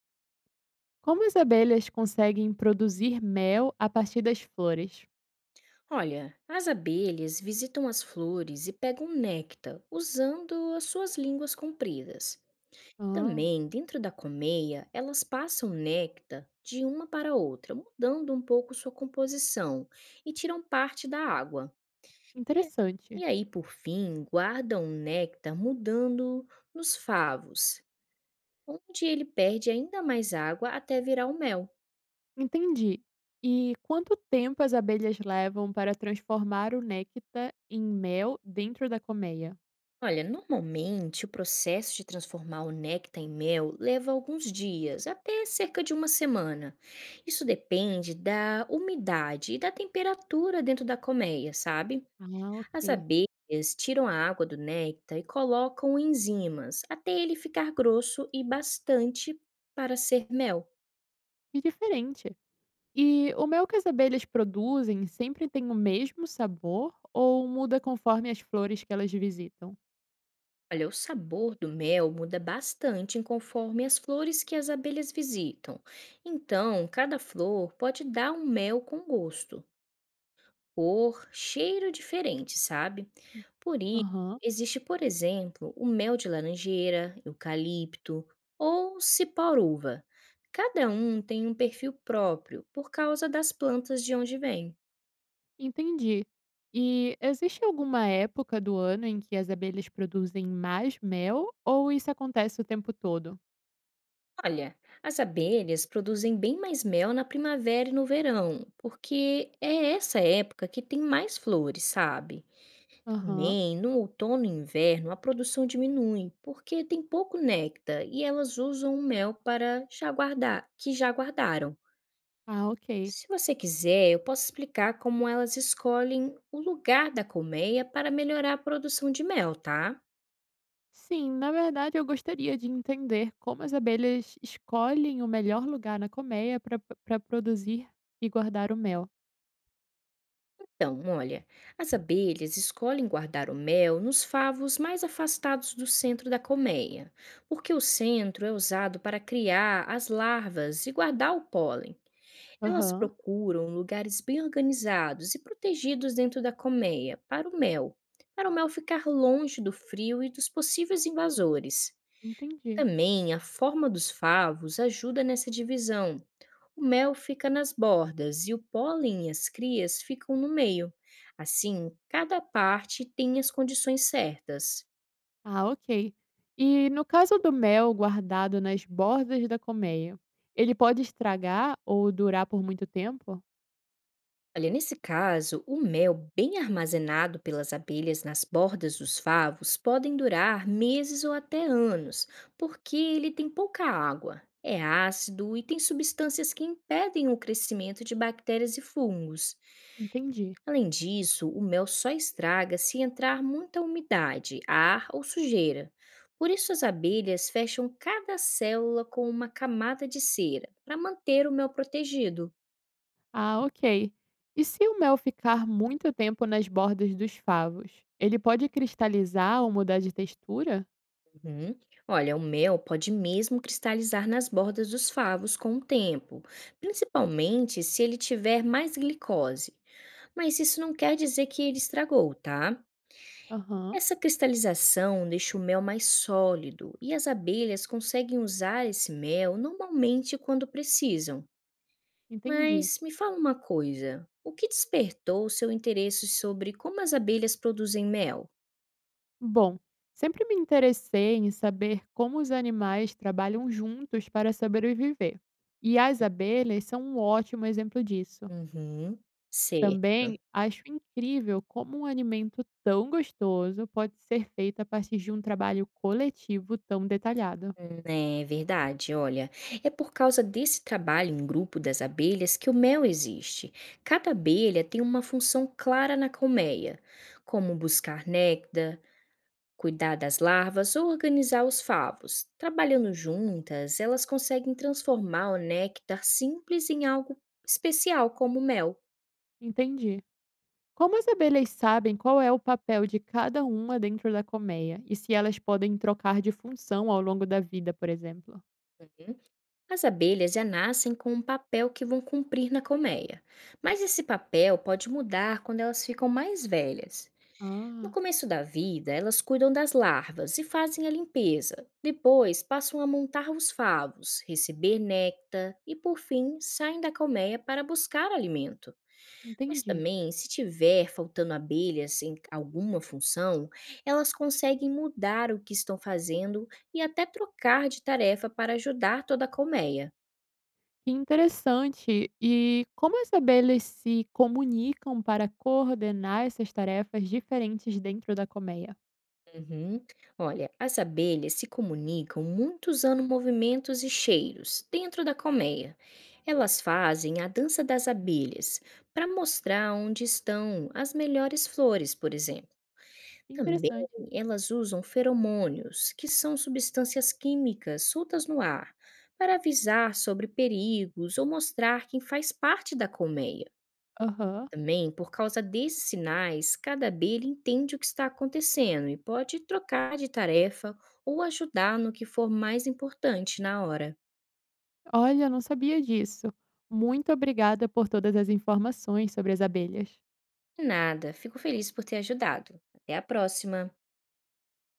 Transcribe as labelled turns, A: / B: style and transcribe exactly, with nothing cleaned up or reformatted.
A: Como as abelhas conseguem produzir mel a partir das flores?
B: Olha, as abelhas visitam as flores e pegam néctar usando as suas línguas compridas.
A: Ah,
B: Também, dentro da colmeia, elas passam néctar de uma para outra, mudando um pouco sua composição e tiram parte da água. E, a-
A: interessante.
B: e aí, por fim, guardam o néctar mudando nos favos, onde ele perde ainda mais água até virar o mel.
A: Entendi. E quanto tempo as abelhas levam para transformar o néctar em mel dentro da colmeia?
B: Olha, normalmente o processo de transformar o néctar em mel leva alguns dias, até cerca de uma semana. Isso depende da umidade e da temperatura dentro da colmeia, sabe?
A: Ah,
B: As
A: ok.
B: abelhas tiram a água do néctar e colocam enzimas até ele ficar grosso e bastante para ser mel.
A: Que diferente. E o mel que as abelhas produzem sempre tem o mesmo sabor ou muda conforme as flores que elas visitam?
B: Olha, o sabor do mel muda bastante em conforme as flores que as abelhas visitam. Então, cada flor pode dar um mel com gosto, cor, cheiro diferente, sabe? Por isso,
A: Aham.
B: existe, por exemplo, o mel de laranjeira, eucalipto ou ciparuva. Cada um tem um perfil próprio por causa das plantas de onde vem.
A: Entendi. E existe alguma época do ano em que as abelhas produzem mais mel ou isso acontece o tempo todo?
B: Olha, as abelhas produzem bem mais mel na primavera e no verão, porque é essa época que tem mais flores, sabe?
A: Aham.
B: Também, no outono e inverno, a produção diminui, porque tem pouco néctar e elas usam o mel para já guardar, que já guardaram.
A: Ah, ok.
B: Se você quiser, eu posso explicar como elas escolhem o lugar da colmeia para melhorar a produção de mel, tá?
A: Sim, na verdade eu gostaria de entender como as abelhas escolhem o melhor lugar na colmeia para produzir e guardar o mel.
B: Então, olha, as abelhas escolhem guardar o mel nos favos mais afastados do centro da colmeia, porque o centro é usado para criar as larvas e guardar o pólen. Elas
A: Aham.
B: procuram lugares bem organizados e protegidos dentro da colmeia para o mel, para o mel ficar longe do frio e dos possíveis invasores.
A: Entendi.
B: Também a forma dos favos ajuda nessa divisão. O mel fica nas bordas e o pólen e as crias ficam no meio. Assim, cada parte tem as condições certas.
A: Ah, ok. E no caso do mel guardado nas bordas da colmeia, ele pode estragar ou durar por muito tempo?
B: Olha, nesse caso, o mel bem armazenado pelas abelhas nas bordas dos favos podem durar meses ou até anos, porque ele tem pouca água, é ácido e tem substâncias que impedem o crescimento de bactérias e fungos.
A: Entendi.
B: Além disso, o mel só estraga se entrar muita umidade, ar ou sujeira. Por isso, as abelhas fecham cada célula com uma camada de cera para manter o mel protegido.
A: Ah, ok. E se o mel ficar muito tempo nas bordas dos favos? Ele pode cristalizar ou mudar de textura?
B: Hum, Olha, o mel pode mesmo cristalizar nas bordas dos favos com o tempo, principalmente se ele tiver mais glicose. Mas isso não quer dizer que ele estragou, tá?
A: Aham,
B: Essa cristalização deixa o mel mais sólido e as abelhas conseguem usar esse mel normalmente quando precisam.
A: entendi.
B: Mas me fala uma coisa: o que despertou o seu interesse sobre como as abelhas produzem mel?
A: Bom, sempre me interessei em saber como os animais trabalham juntos para sobreviver. E as abelhas são um ótimo exemplo disso.
B: Uhum. Certo.
A: Também acho incrível como um alimento tão gostoso pode ser feito a partir de um trabalho coletivo tão detalhado.
B: Hum, É verdade, olha, é por causa desse trabalho em grupo das abelhas que o mel existe. Cada abelha tem uma função clara na colmeia, como buscar néctar, cuidar das larvas ou organizar os favos. Trabalhando juntas, elas conseguem transformar o néctar simples em algo especial, como o mel.
A: Entendi. Como as abelhas sabem qual é o papel de cada uma dentro da colmeia e se elas podem trocar de função ao longo da vida, por exemplo?
B: As abelhas já nascem com um papel que vão cumprir na colmeia, mas esse papel pode mudar quando elas ficam mais velhas. No
A: Ah,
B: começo da vida, elas cuidam das larvas e fazem a limpeza. Depois, passam a montar os favos, receber néctar e, por fim, saem da colmeia para buscar alimento. Mas
A: entendi.
B: também, se tiver faltando abelhas em alguma função, elas conseguem mudar o que estão fazendo e até trocar de tarefa para ajudar toda a colmeia.
A: Que interessante. E como as abelhas se comunicam para coordenar essas tarefas diferentes dentro da colmeia?
B: Uhum. Olha, as abelhas se comunicam muito usando movimentos e cheiros dentro da colmeia. Elas fazem a dança das abelhas para mostrar onde estão as melhores flores, por exemplo.
A: Que
B: Também
A: interessante.
B: elas usam feromônios, que são substâncias químicas soltas no ar, para avisar sobre perigos ou mostrar quem faz parte da colmeia.
A: Aham.
B: Também, por causa desses sinais, cada abelha entende o que está acontecendo e pode trocar de tarefa ou ajudar no que for mais importante na hora.
A: Olha, eu não sabia disso. Muito obrigada por todas as informações sobre as abelhas.
B: Nada, fico feliz por ter ajudado. Até a próxima!